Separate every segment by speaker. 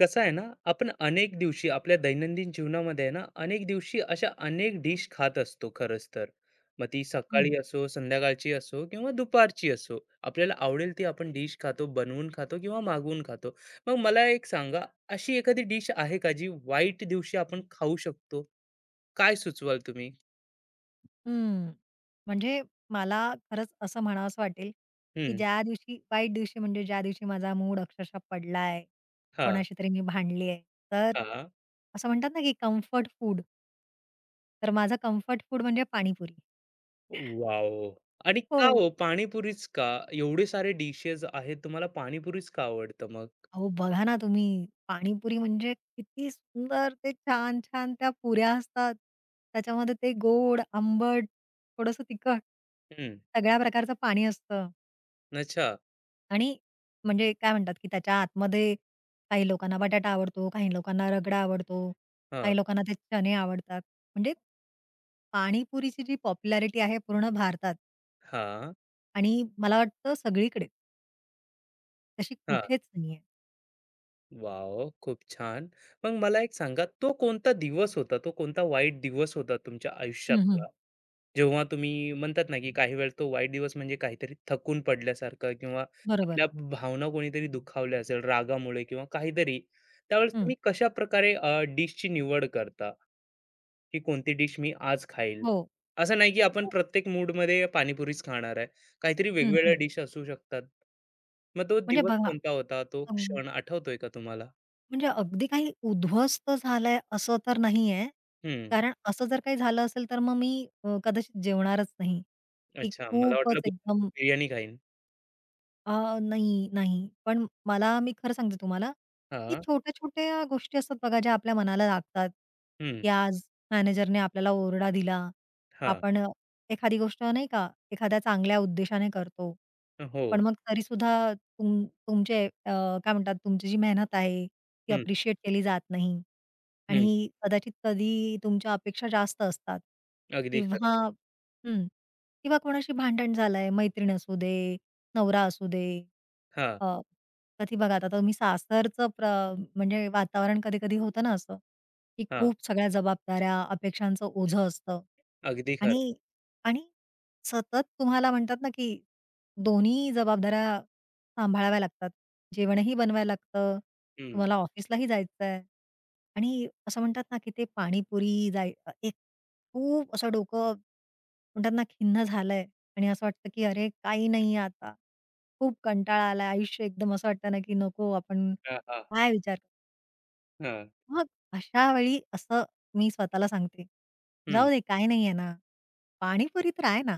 Speaker 1: कसं आहे ना. आपण अनेक दिवशी आपल्या दैनंदिन जीवनामध्ये आहे ना अनेक दिवशी अशा अनेक डिश खात असतो खरंच तर. मग ती सकाळी
Speaker 2: हं,
Speaker 1: असो संध्याकाळची असो किंवा दुपारची असो. आपल्याला आवडेल ती आपण डिश खातो बनवून खातो किंवा मागवून खातो. मग मला एक सांगा, अशी एखादी डिश आहे का जी वाईट दिवशी आपण खाऊ शकतो? काय सुचवाल तुम्ही?
Speaker 2: हं. म्हणजे मला खरंच असं म्हणावसं वाटेल, की
Speaker 1: हम्म.
Speaker 2: ज्या दिवशी वाईट दिवशी म्हणजे ज्या दिवशी माझा मूड अक्षरशः पडलाय,
Speaker 1: हा.
Speaker 2: कोणाशी तरी मी भांडली आहे, तर
Speaker 1: हा.
Speaker 2: असं म्हणतात ना, की कम्फर्ट फूड. तर माझं कम्फर्ट फूड म्हणजे पाणीपुरी.
Speaker 1: वाव. आणि का
Speaker 2: हो.
Speaker 1: हो, पाणीपुरीच का? एवढे सारे डिशेस आहेत, तुम्हाला पाणीपुरीच का आवडतं मग?
Speaker 2: अहो, बघा ना तुम्ही पाणीपुरी म्हणजे किती सुंदर ते छान-छान त्या पुऱ्या असतात. त्याच्यामध्ये ते गोड, आंबट, थोडंसं तिखट,
Speaker 1: हम्म.
Speaker 2: सगळ्या प्रकारचं पाणी असतं.
Speaker 1: अच्छा.
Speaker 2: आणि म्हणजे काय म्हणतात, की त्याच्या आतमध्ये काही लोकांना बटाटा आवडतो, काही लोकांना रगडा आवडतो, काही लोकांना ते चणे आवडतात. म्हणजे पाणीपुरीची जी पॉप्युलॅरिटी आहे पूर्ण भारतात
Speaker 1: हां,
Speaker 2: आणि मला वाटतं सगळीकडे, तशी
Speaker 1: हां.
Speaker 2: कुठेच नाहीये.
Speaker 1: वॉव! खूप छान. मग मला एक सांगा, तो कोणता दिवस होता, तो कोणता वाईट दिवस होता तुमच्या
Speaker 2: हं, हं.
Speaker 1: आयुष्यातला? जेव्हा तुम्ही म्हणतात ना, की काही वेळेस तो वाईट दिवस म्हणजे काहीतरी थकून पडल्यासारखं किंवा
Speaker 2: बरोबर.
Speaker 1: आपल्या भावना कोणीतरी दुखावल्या असेल रागामुळे किंवा काहीतरी, त्यावेळेस
Speaker 2: हं.
Speaker 1: तुम्ही कशाप्रकारे डिशची निवड करता? की कोणती डिश मी आज खाईल?
Speaker 2: हो.
Speaker 1: असं नाही, की आपण
Speaker 2: म्हणजे
Speaker 1: प्रत्येक मूडमध्ये पाणीपुरीच खाणार आहे. काहीतरी
Speaker 2: हं,
Speaker 1: वेगवेगळ्या
Speaker 2: हं.
Speaker 1: डिश असू शकतात. मग तो
Speaker 2: म्हणजे
Speaker 1: दिवस
Speaker 2: बघा,
Speaker 1: कोणता होता? तो
Speaker 2: अ,
Speaker 1: क्षण आठवतोय का तुम्हाला?
Speaker 2: म्हणजे अगदी काही उद्ध्वस्त झालंय असं तर नाहीये.
Speaker 1: हं.
Speaker 2: कारण असं जर काही झालं असेल तर मग मी कदाचित जेवणारच नाही. की
Speaker 1: अच्छा, मला
Speaker 2: खूपच
Speaker 1: वाटलं बोलणार
Speaker 2: एकदम.
Speaker 1: बिर्याणी खाईन.
Speaker 2: अ, नाही, नाही. पण मला मी खरं सांगते तुम्हाला, की
Speaker 1: हां.
Speaker 2: छोट्या-छोट्या गोष्टी असतात बघा, ज्या आपल्या मनाला लागतात,
Speaker 1: हं.
Speaker 2: की आज मॅनेजरने आपल्याला ओरडा दिला.
Speaker 1: हां.
Speaker 2: आपण एखादी गोष्ट नाही का, एखाद्या चांगल्या उद्देशाने करतो.
Speaker 1: हो.
Speaker 2: पण मग तरीसुद्धा तुमचे काय म्हणतात, तुमची जी मेहनत आहे, ती
Speaker 1: हं,
Speaker 2: अप्रिशिएट केली जात नाही.
Speaker 1: हं.
Speaker 2: आणि कदाचित कधी तुमच्या अपेक्षा जास्त असतात
Speaker 1: अगदी खरं.
Speaker 2: किंवा. हं. किंवा कोणाशी भांडण झालंय, मैत्रीण असू दे, नवरा असू दे,
Speaker 1: हां,
Speaker 2: अ, कधी बघा आता तुम्ही सासरचं म्हणजे वातावरण कधी-कधी होतं ना असं, की
Speaker 1: हां.
Speaker 2: खूप सगळ्या जबाबदाऱ्या, अपेक्षांचं ओझं असतं.
Speaker 1: अगदी खरं.
Speaker 2: आणि आणि सतत तुम्हाला म्हणतात ना, की दोन्ही जबाबदाऱ्या सांभाळाव्या लागतात. जेवणही बनवायला लागतं,
Speaker 1: हं.
Speaker 2: तुम्हाला ऑफिसलाही जायचं आहे. आणि असं म्हणतात ना, की ते पाणीपुरी जाय एक खूप असं डोकं म्हणतात ना खिन्न झालंय. आणि असं वाटतं की अरे काही नाहीये आता. खूप कंटाळा आला. आयुष्य एकदम असं वाटतं ना की नको आपण
Speaker 1: हां, हां.
Speaker 2: काय विचार करू?
Speaker 1: हां.
Speaker 2: मग अशा वेळी असं मी स्वतःला सांगते,
Speaker 1: हं.
Speaker 2: "जाऊ दे काही नाहीये ना, पाणीपुरी तर आहे ना."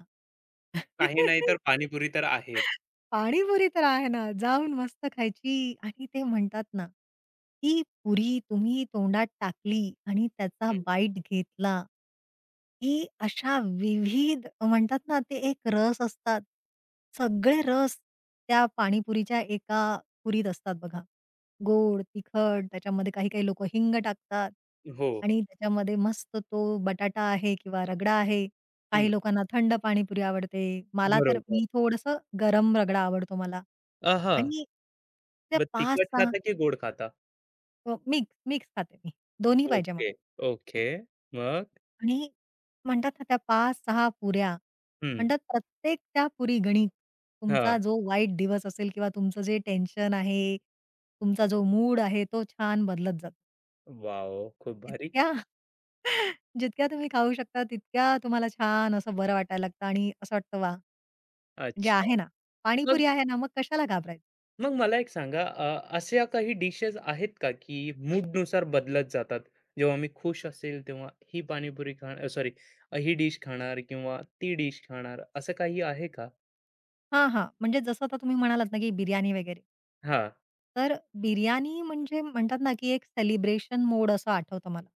Speaker 1: काही नाही तर पाणीपुरी तर आहेच.
Speaker 2: पाणीपुरी तर आहे ना, जाऊन मस्त खायची आणि ते म्हणतात ना, की पुरी तुम्ही तोंडात टाकली आणि त्याचा
Speaker 1: हं.
Speaker 2: बाईट घेतला, की अशा विविध म्हणतात ना, ते एक रस असतात. सगळे रस त्या पाणीपुरीच्या एका पुरीत असतात बघा. गोड, तिखट, त्याच्यामध्ये काही-काही लोकं हिंग टाकतात
Speaker 1: हो.
Speaker 2: आणि त्याच्यामध्ये मस्त तो बटाटा आहे किंवा रगडा आहे.
Speaker 1: हं.
Speaker 2: काही लोकांना थंड पाणीपुरी आवडते. मला तर
Speaker 1: बरोबर.
Speaker 2: मी थोडंसं गरम रगडा आवडतो मला.
Speaker 1: हां.
Speaker 2: आणि त्या 5
Speaker 1: तिखट
Speaker 2: सहा,
Speaker 1: खाता की गोड खाता?
Speaker 2: मिक्स खाते मी. दोन्ही पाहिजे
Speaker 1: ओके,
Speaker 2: मला.
Speaker 1: ओके. मग?
Speaker 2: आणि म्हणतात ना त्या 5 सहा पुऱ्या
Speaker 1: हं.
Speaker 2: म्हणतात प्रत्येक त्या पुरी गणित. तुमचा
Speaker 1: हां.
Speaker 2: जो वाईट दिवस असेल किंवा तुमचं जे टेन्शन आहे, तुमचा जो मूड आहे तो छान बदलत जातो.
Speaker 1: वॉव! खूप भारी.
Speaker 2: जितक्या जितक्या तुम्ही खाऊ शकता तितक्या तुम्हाला छान असं बरं वाटायला लागतं आणि असं वाटतं वाह! म्हणजे
Speaker 1: अच्छा.
Speaker 2: आहे ना,
Speaker 1: मग
Speaker 2: पाणीपुरी आहे ना, मग कशाला घाबरायचं?
Speaker 1: मग मला एक सांगा, अशा काही डिशेस आहेत का की मूडनुसार बदलत जातात? जेव्हा मी खुश असेल तेव्हा ही पाणीपुरी खाणार सॉरी ही डिश खाणार किंवा ती डिश खाणार असं काही आहे का?
Speaker 2: हां, हां. म्हणजे जसं आता तुम्ही म्हणालात ना, की बिर्याणी वगैरे.
Speaker 1: हां.
Speaker 2: तर बिर्याणी म्हणजे म्हणतात ना, की एक सेलिब्रेशन मोड असं आठवतं मला,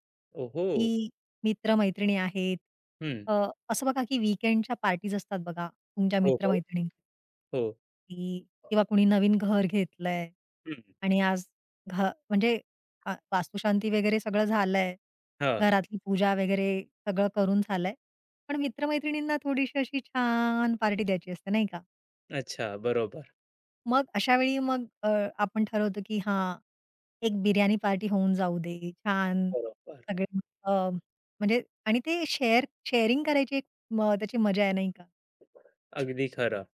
Speaker 1: ओहो!
Speaker 2: की मित्र-मैत्रिणी आहेत.
Speaker 1: हं.
Speaker 2: अ, असं बघा, की वीकेंडच्या पार्टीज असतात बघा तुमच्या
Speaker 1: हो,
Speaker 2: मित्र
Speaker 1: हो. हो.
Speaker 2: की किंवा कुणी नवीन घर घेतलंय
Speaker 1: हं.
Speaker 2: आणि आज घ म्हणजे वास्तुशांती वगैरे सगळं झालंय.
Speaker 1: हां.
Speaker 2: घरातली पूजा वगैरे सगळं करून झालंय. पण मित्र-मैत्रिणींना थोडीशी अशी छान पार्टी द्यायची असते, नाही का?
Speaker 1: अच्छा. बरोबर,
Speaker 2: मग अशा वेळी मग आपण ठरवतो की हां, एक बिर्याणी पार्टी होऊन जाऊ दे. छान
Speaker 1: बरोबर.
Speaker 2: सगळे अ, म्हणजे आणि ते शेअरिंग करायची एक त्याची मजा आहे, नाही का?
Speaker 1: अगदी खरं.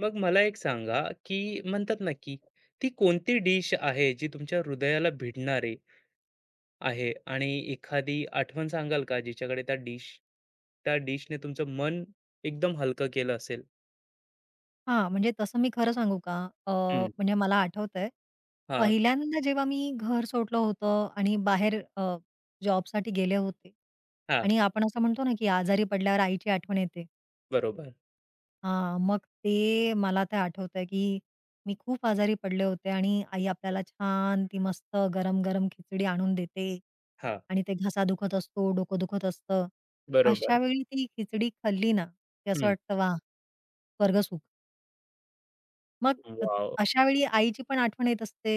Speaker 1: मग मला एक सांगा, की म्हणतात ना, की ती कोणती डिश आहे जी तुमच्या हृदयाला भिडणारी आहे? आणि एखादी आठवण सांगाल का, जिच्याकडे त्या डिशने तुमचं मन एकदम हलकं केलं असेल?
Speaker 2: हां, म्हणजे तसं मी खरं सांगू का?
Speaker 1: हं.
Speaker 2: म्हणजे मला आठवतंय,
Speaker 1: हां,
Speaker 2: पहिल्यांदा जेव्हा मी घर सोडलं होतं आणि बाहेर जॉबसाठी गेले होते
Speaker 1: हां.
Speaker 2: आणि आपण असं म्हणतो ना, की आजारी पडल्यावर आईची आठवण येते.
Speaker 1: बरोबर.
Speaker 2: हां, मग ते मला ते आठवतंय, की मी खूप आजारी पडले होते आणि आई आपल्याला छान ती मस्त गरम-गरम खिचडी आणून देते
Speaker 1: हां,
Speaker 2: आणि ते घसा दुखत असतो, डोकं दुखत असतं.
Speaker 1: बरोबर.
Speaker 2: अशा वेळी ती खिचडी खाल्ली ना, की असं
Speaker 1: हं.
Speaker 2: वाटतं वाह! स्वर्गसुख. मग
Speaker 1: वॉव!
Speaker 2: अशा वेळी आईची पण आठवण येत असते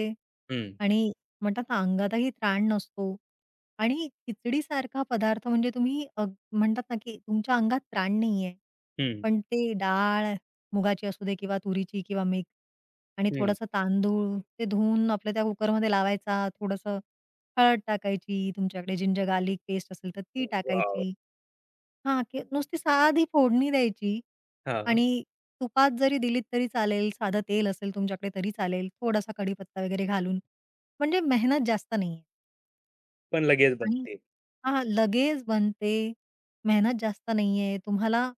Speaker 1: हं,
Speaker 2: आणि म्हणतात ना, अंगातही त्राण नसतो आणि खिचडीसारखा पदार्थ म्हणजे तुम्ही म्हणतात ना, की तुमच्या अंगात त्राण नाहीये,
Speaker 1: हं,
Speaker 2: पण ते डाळ मुगाची असू दे किंवा तुरीची किंवा मिक्स आणि
Speaker 1: हं.
Speaker 2: थोडंसं तांदूळ ते धुवून आपल्या त्या कुकरमध्ये लावायचा, थोडंसं हळद टाकायची, तुमच्याकडे जिंजर गार्लिक पेस्ट असेल तर ती
Speaker 1: वॉव!
Speaker 2: टाकायची. हां, की नुसती साधी फोडणी द्यायची.
Speaker 1: हां.
Speaker 2: आणि तुपात जरी दिलीत तरी चालेल, साधं तेल असेल तुमच्याकडे तरी चालेल, थोडासा कढीपत्ता वगैरे घालून. म्हणजे मेहनत जास्त नाहीये
Speaker 1: पण लगेच
Speaker 2: आणि
Speaker 1: बनते.
Speaker 2: हां, लगेच बनते, मेहनत जास्त नाहीये. तुम्हाला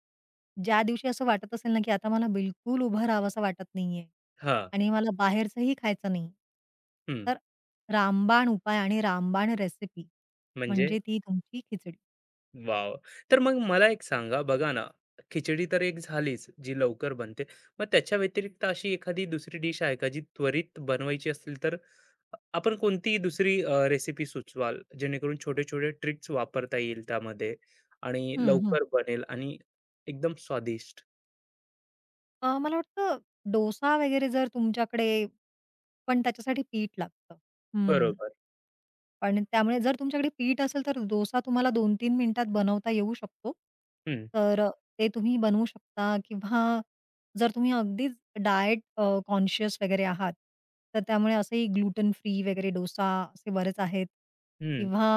Speaker 2: ज्या दिवशी असं वाटत असेल ना, की आता मला बिलकुल उभं राहावसं वाटत नाहीये
Speaker 1: हां.
Speaker 2: आणि मला बाहेरचंही खायचं नाही.
Speaker 1: हं.
Speaker 2: तर रामबाण उपाय आणि रामबाण रेसिपी
Speaker 1: म्हणजे?
Speaker 2: म्हणजे ती तुमची खिचडी.
Speaker 1: वाव! तर मग मला एक सांगा, बघा ना, खिचडी तर एक झालीच, जी लवकर बनते. मग त्याच्या व्यतिरिक्त अशी एखादी दुसरी डिश आहे का, जी त्वरित बनवायची असेल तर आपण कोणती दुसरी रेसिपी सुचवाल, जेणेकरून छोटे-छोटे ट्रिक्स वापरता येईल त्यामध्ये आणि
Speaker 2: हं, हं.
Speaker 1: लवकर बनेल आणि एकदम स्वादिष्ट?
Speaker 2: मला वाटतं डोसा वगैरे जर तुमच्याकडे पण त्याच्यासाठी पीठ लागतं. हं.
Speaker 1: बरोबर.
Speaker 2: पण त्यामुळे जर तुमच्याकडे पीठ असेल, तर डोसा तुम्हाला 2-3 मिनिटात बनवता येऊ शकतो.
Speaker 1: हं,
Speaker 2: तर ते तुम्ही बनवू शकता किंवा जर तुम्ही अगदीच डायट कॉन्शियस वगैरे आहात, तर त्यामुळे असेही ग्लूटन फ्री वगैरे डोसा असे बरेच आहेत
Speaker 1: हं.
Speaker 2: किंवा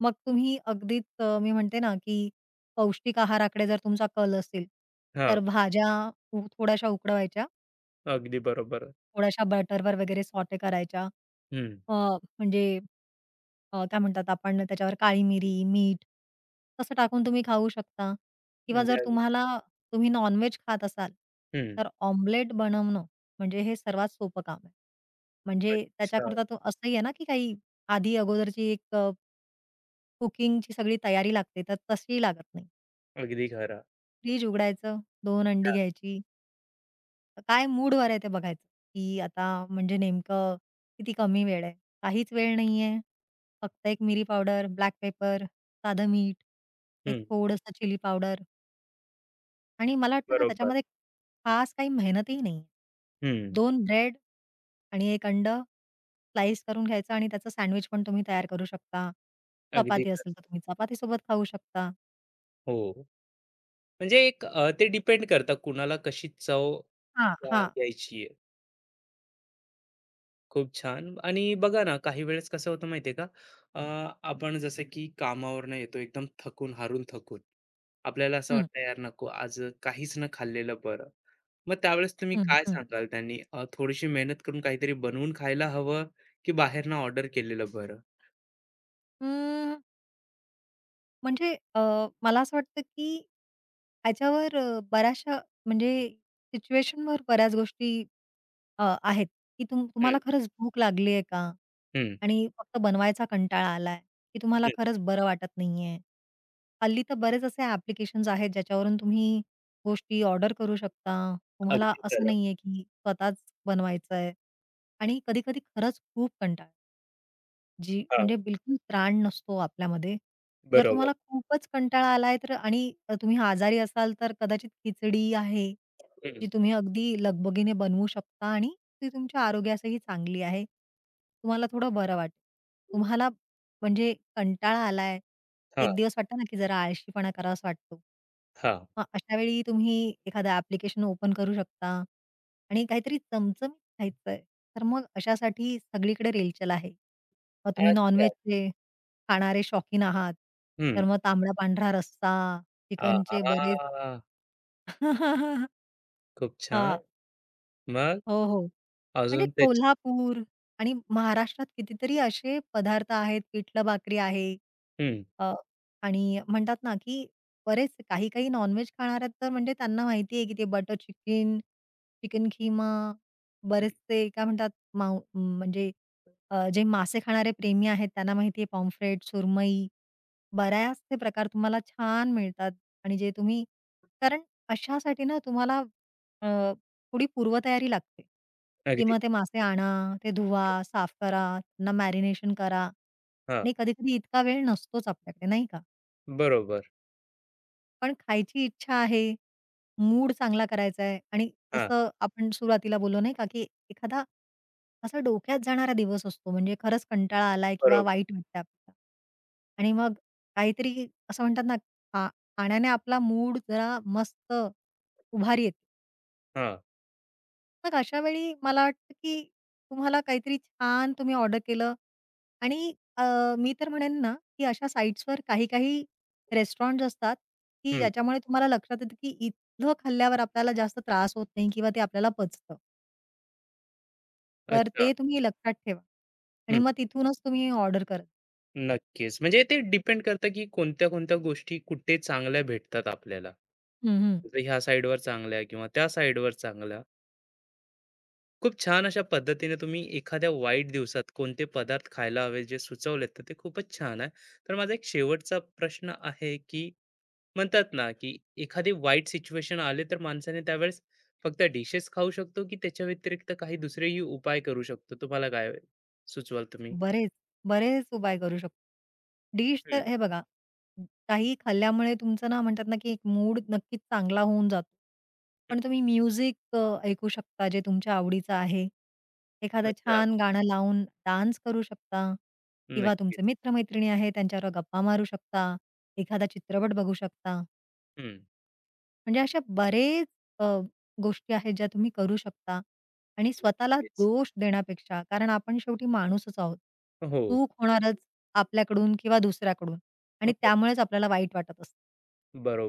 Speaker 2: मग तुम्ही अगदीच मी म्हणते ना, की पौष्टिक आहाराकडे जर तुमचा कल असेल,
Speaker 1: हां,
Speaker 2: तर भाज्या थोड्याशा उकडवायच्या,
Speaker 1: अगदी बरोबर.
Speaker 2: थोड्याशा बटरवर वगैरे सॉटे करायच्या.
Speaker 1: हं,
Speaker 2: अ, म्हणजे काय म्हणतात आपण त्याच्यावर काळी मिरी, मीठ तसं टाकून तुम्ही खाऊ शकता किंवा
Speaker 1: म्हणजे
Speaker 2: जर
Speaker 1: अगदी.
Speaker 2: तुम्हाला तुम्ही नॉन-व्हेज खात असाल,
Speaker 1: हं.
Speaker 2: तर ऑमलेट बनवणं म्हणजे हे सर्वात सोपं काम आहे. म्हणजे
Speaker 1: अच्छा,
Speaker 2: त्याच्याकरता तो असंही आहे ना, की काही आधी अगोदरची एक कुकिंगची सगळी तयारी लागते, तर तशी लागत नाही.
Speaker 1: अगदी खरं.
Speaker 2: फ्रिज उघडायचं, 2 अंडी
Speaker 1: हां,
Speaker 2: घ्यायची, काय मूडवर आहे ते बघायचं, की आता म्हणजे नेमकं किती कमी वेळ आहे. काहीच वेळ नाहीये. फक्त एक मिरी पावडर, ब्लॅक पेपर, साधं मीठ, एक
Speaker 1: हं.
Speaker 2: थोडंसं चिली पावडर आणि मला वाटतं ना
Speaker 1: बरोबर.
Speaker 2: त्याच्यामध्ये खास काही मेहनतही नाहीये.
Speaker 1: हं,
Speaker 2: दोन ब्रेड आणि एक अंड़, स्लाइस करून घ्यायचं आणि त्याचं सँडविच पण तुम्ही तयार करू शकता.
Speaker 1: अगदी
Speaker 2: चपाती असेल
Speaker 1: खरं.
Speaker 2: तर तुम्ही चपातीसोबत खाऊ शकता.
Speaker 1: हो. म्हणजे एक ते डिपेंड करतं कुणाला कशी चव
Speaker 2: हां, हां.
Speaker 1: द्यायची आहे. खूप छान. आणि बघा ना, काही वेळेस कसं होतं माहिती आहे का? अ, आपण जसं की कामावरनं येतो एकदम थकून हारून थकून, आपल्याला असं
Speaker 2: हं,
Speaker 1: वाटतं यार नको आज काहीच न खाल्लेलं बरं. मग त्यावेळेस तुम्ही
Speaker 2: हं,
Speaker 1: काय
Speaker 2: हं.
Speaker 1: सांगाल, त्यांनी थोडीशी मेहनत करून काहीतरी बनवून खायला हवं की बाहेरनं ऑर्डर केलेलं बरं?
Speaker 2: म्हणजे मला असं वाटतं, की ह्याच्यावर बऱ्याचशा म्हणजे सिच्युएशनवर बऱ्याच गोष्टी आहेत, की तुम
Speaker 1: हम्म,
Speaker 2: तुम्हाला खरंच भूक लागली आहे का?
Speaker 1: हम्म,
Speaker 2: आणि फक्त बनवायचा कंटाळा आलाय, की तुम्हाला
Speaker 1: हम्म,
Speaker 2: खरंच बरं वाटत नाहीये. हल्ली तर बरेच असे ॲप्लिकेशन्स आहेत, ज्याच्यावरून तुम्ही गोष्टी ऑर्डर करू शकता. तुम्हाला
Speaker 1: अगदी
Speaker 2: असं
Speaker 1: खरं.
Speaker 2: नाहीये, की स्वतःच बनवायचंय आणि कधी-कधी खरंच खूप कंटाळा जी
Speaker 1: हा.
Speaker 2: म्हणजे बिलकुल ताण नसतो आपल्यामध्ये. जर
Speaker 1: बरोबर.
Speaker 2: तुम्हाला खूपच कंटाळा आलाय तर आणि तुम्ही आजारी असाल तर कदाचित खिचडी आहे,
Speaker 1: हम्म.
Speaker 2: जी तुम्ही अगदी लगबगीने बनवू शकता आणि ती तुमच्या आरोग्यासही चांगली आहे. तुम्हाला थोडं बरं वाटेल. तुम्हाला म्हणजे कंटाळा आलाय,
Speaker 1: हा.
Speaker 2: एक दिवस वाटतं ना की जरा आळशीपणा करावासा वाटतो.
Speaker 1: हा.
Speaker 2: मग अशा वेळी तुम्ही एखादं ॲप्लिकेशन ओपन करू शकता आणि काहीतरी चमचमीत खायचंय. तर मग अशासाठी सगळीकडे रेलचेल आहे. मग तुम्ही
Speaker 1: अच्छा.
Speaker 2: नॉन-व्हेजचे खाणारे शौकीन आहात,
Speaker 1: हम्म.
Speaker 2: तर मग तांबडा-पांढरा रस्सा, चिकनचे बरेच.
Speaker 1: आहा. खूप छान.
Speaker 2: हां.
Speaker 1: मग
Speaker 2: हो, हो. म्हणजे
Speaker 1: अजून त्याच.
Speaker 2: कोल्हापूर आणि महाराष्ट्रात कितीतरी असे पदार्थ आहेत, पिठलं भाकरी आहे.
Speaker 1: हं,
Speaker 2: अ, आणि म्हणतात ना, की बरेच काही-काही नॉन-व्हेज खाणारे तर म्हणजे त्यांना माहिती आहे, की ते बटर चिकन, चिकन खीमा, बरेचसे काय म्हणतात माऊ म्हणजे जे मासे खाणारे प्रेमी आहेत, त्यांना माहिती आहे पॉम्फ्रेट, सुरमई, बऱ्याचसे प्रकार तुम्हाला छान मिळतात आणि जे तुम्ही कारण अशासाठी ना तुम्हाला थोडी पूर्वतयारी लागते, की
Speaker 1: अगदी.
Speaker 2: मग ते मासे आणा, ते धुवा, साफ करा, त्यांना मॅरिनेशन करा
Speaker 1: हां,
Speaker 2: आणि कधी-कधी इतका वेळ नसतोच आपल्याकडे, नाही का?
Speaker 1: बरोबर.
Speaker 2: पण खायची इच्छा आहे, मूड चांगला करायचा आहे आणि
Speaker 1: हां,
Speaker 2: जसं आपण सुरुवातीला बोललो नाही का, की एखादा असा डोक्यात जाणारा दिवस असतो, म्हणजे खरंच कंटाळा आलाय किंवा
Speaker 1: बरोबर.
Speaker 2: वाईट वाटतंय आपल्याला आणि मग काहीतरी असं म्हणतात ना, खा खाण्याने आपला मूड जरा मस्त उभारी येते.
Speaker 1: हां,
Speaker 2: मग अशा वेळी मला वाटतं, की तुम्हाला काहीतरी छान तुम्ही ऑर्डर केलं आणि मी तर म्हणेन ना, की अशा साइट्सवर काही-काही रेस्टॉरंट्स असतात, की
Speaker 1: हं.
Speaker 2: ज्याच्यामुळे तुम्हाला लक्षात येतं, की इथलं खाल्ल्यावर आपल्याला जास्त त्रास होत नाही किंवा ते आपल्याला पचतं. तर
Speaker 1: अच्छा.
Speaker 2: ते तुम्ही लक्षात ठेवा आणि
Speaker 1: हं,
Speaker 2: मग तिथूनच तुम्ही ऑर्डर करा.
Speaker 1: नक्कीच. म्हणजे ते डिपेंड करतं, की कोणत्या-कोणत्या गोष्टी कुठे चांगल्या भेटतात आपल्याला. जर ह्या साइडवर चांगल्या किंवा त्या साइडवर चांगल्या. खूप छान अशा पद्धतीने तुम्ही एखाद्या वाईट दिवसात कोणते पदार्थ खायला हवे जे सुचवलेत, तर ते खूपच छान आहे. तर माझा एक शेवटचा प्रश्न आहे, की म्हणतात ना की एखादी वाईट सिच्युएशन आले तर माणसाने त्यावेळेस फक्त डिशेस खाऊ शकतो की त्याच्या व्यतिरिक्त काही दुसरेही उपाय करू शकतो? तुम्हाला काय सुचवाल तुम्ही?
Speaker 2: बरेच, बरेच उपाय करू शकतो. डिश
Speaker 1: हम्म,
Speaker 2: तर हे बघा, काही खाल्ल्यामुळे तुमचं ना म्हणतात ना, की एक मूड नक्कीच चांगला होऊन जातो.
Speaker 1: हम्म.
Speaker 2: पण तुम्ही म्युझिक ऐकू शकता जे तुमच्या आवडीचं आहे. एखादं
Speaker 1: अच्छा.
Speaker 2: छान गाणं लावून डान्स करू शकता किंवा तुमचे
Speaker 1: नक्कीच.
Speaker 2: मित्र आहेत त्यांच्यावर गप्पा मारू शकता. एखादा चित्रपट बघू शकता.
Speaker 1: हम्म.
Speaker 2: म्हणजे अशा बरेच अ, गोष्टी आहेत ज्या तुम्ही करू शकता आणि स्वतःला
Speaker 1: नक्कीच.
Speaker 2: दोष देण्यापेक्षा कारण आपण शेवटी माणूसच आहोत.
Speaker 1: हो.
Speaker 2: चूक होणारच आपल्याकडून किंवा दुसऱ्याकडून आणि
Speaker 1: हो,
Speaker 2: त्यामुळेच आपल्याला वाईट वाटत असतं.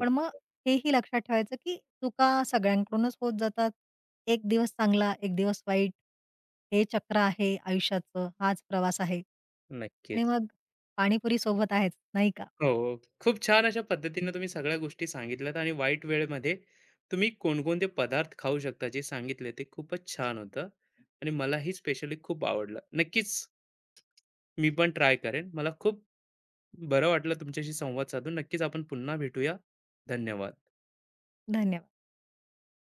Speaker 2: पण मग हेही लक्षात ठेवायचं, की चुका सगळ्यांकडूनच होत जातात. एक दिवस चांगला, एक दिवस वाईट. हे चक्र आहे आयुष्याचं, हाच प्रवास आहे. आणि
Speaker 1: नक्कीच.
Speaker 2: मग पाणीपुरी सोबत आहेच, नाही का?
Speaker 1: हो, हो. खूप छान अशा पद्धतीने तुम्ही सगळ्या गोष्टी सांगितल्यात आणि वाईट वेळेमध्ये तुम्ही कोणकोणते पदार्थ खाऊ शकता जे सांगितले ते खूपच छान होतं. आणि मलाही स्पेशली खूप आवडलं. नक्कीच मी पण ट्राय करेन. मला खूप बरं वाटलं तुमच्याशी संवाद साधून. नक्कीच आपण पुन्हा भेटूया. धन्यवाद.
Speaker 2: धन्यवाद.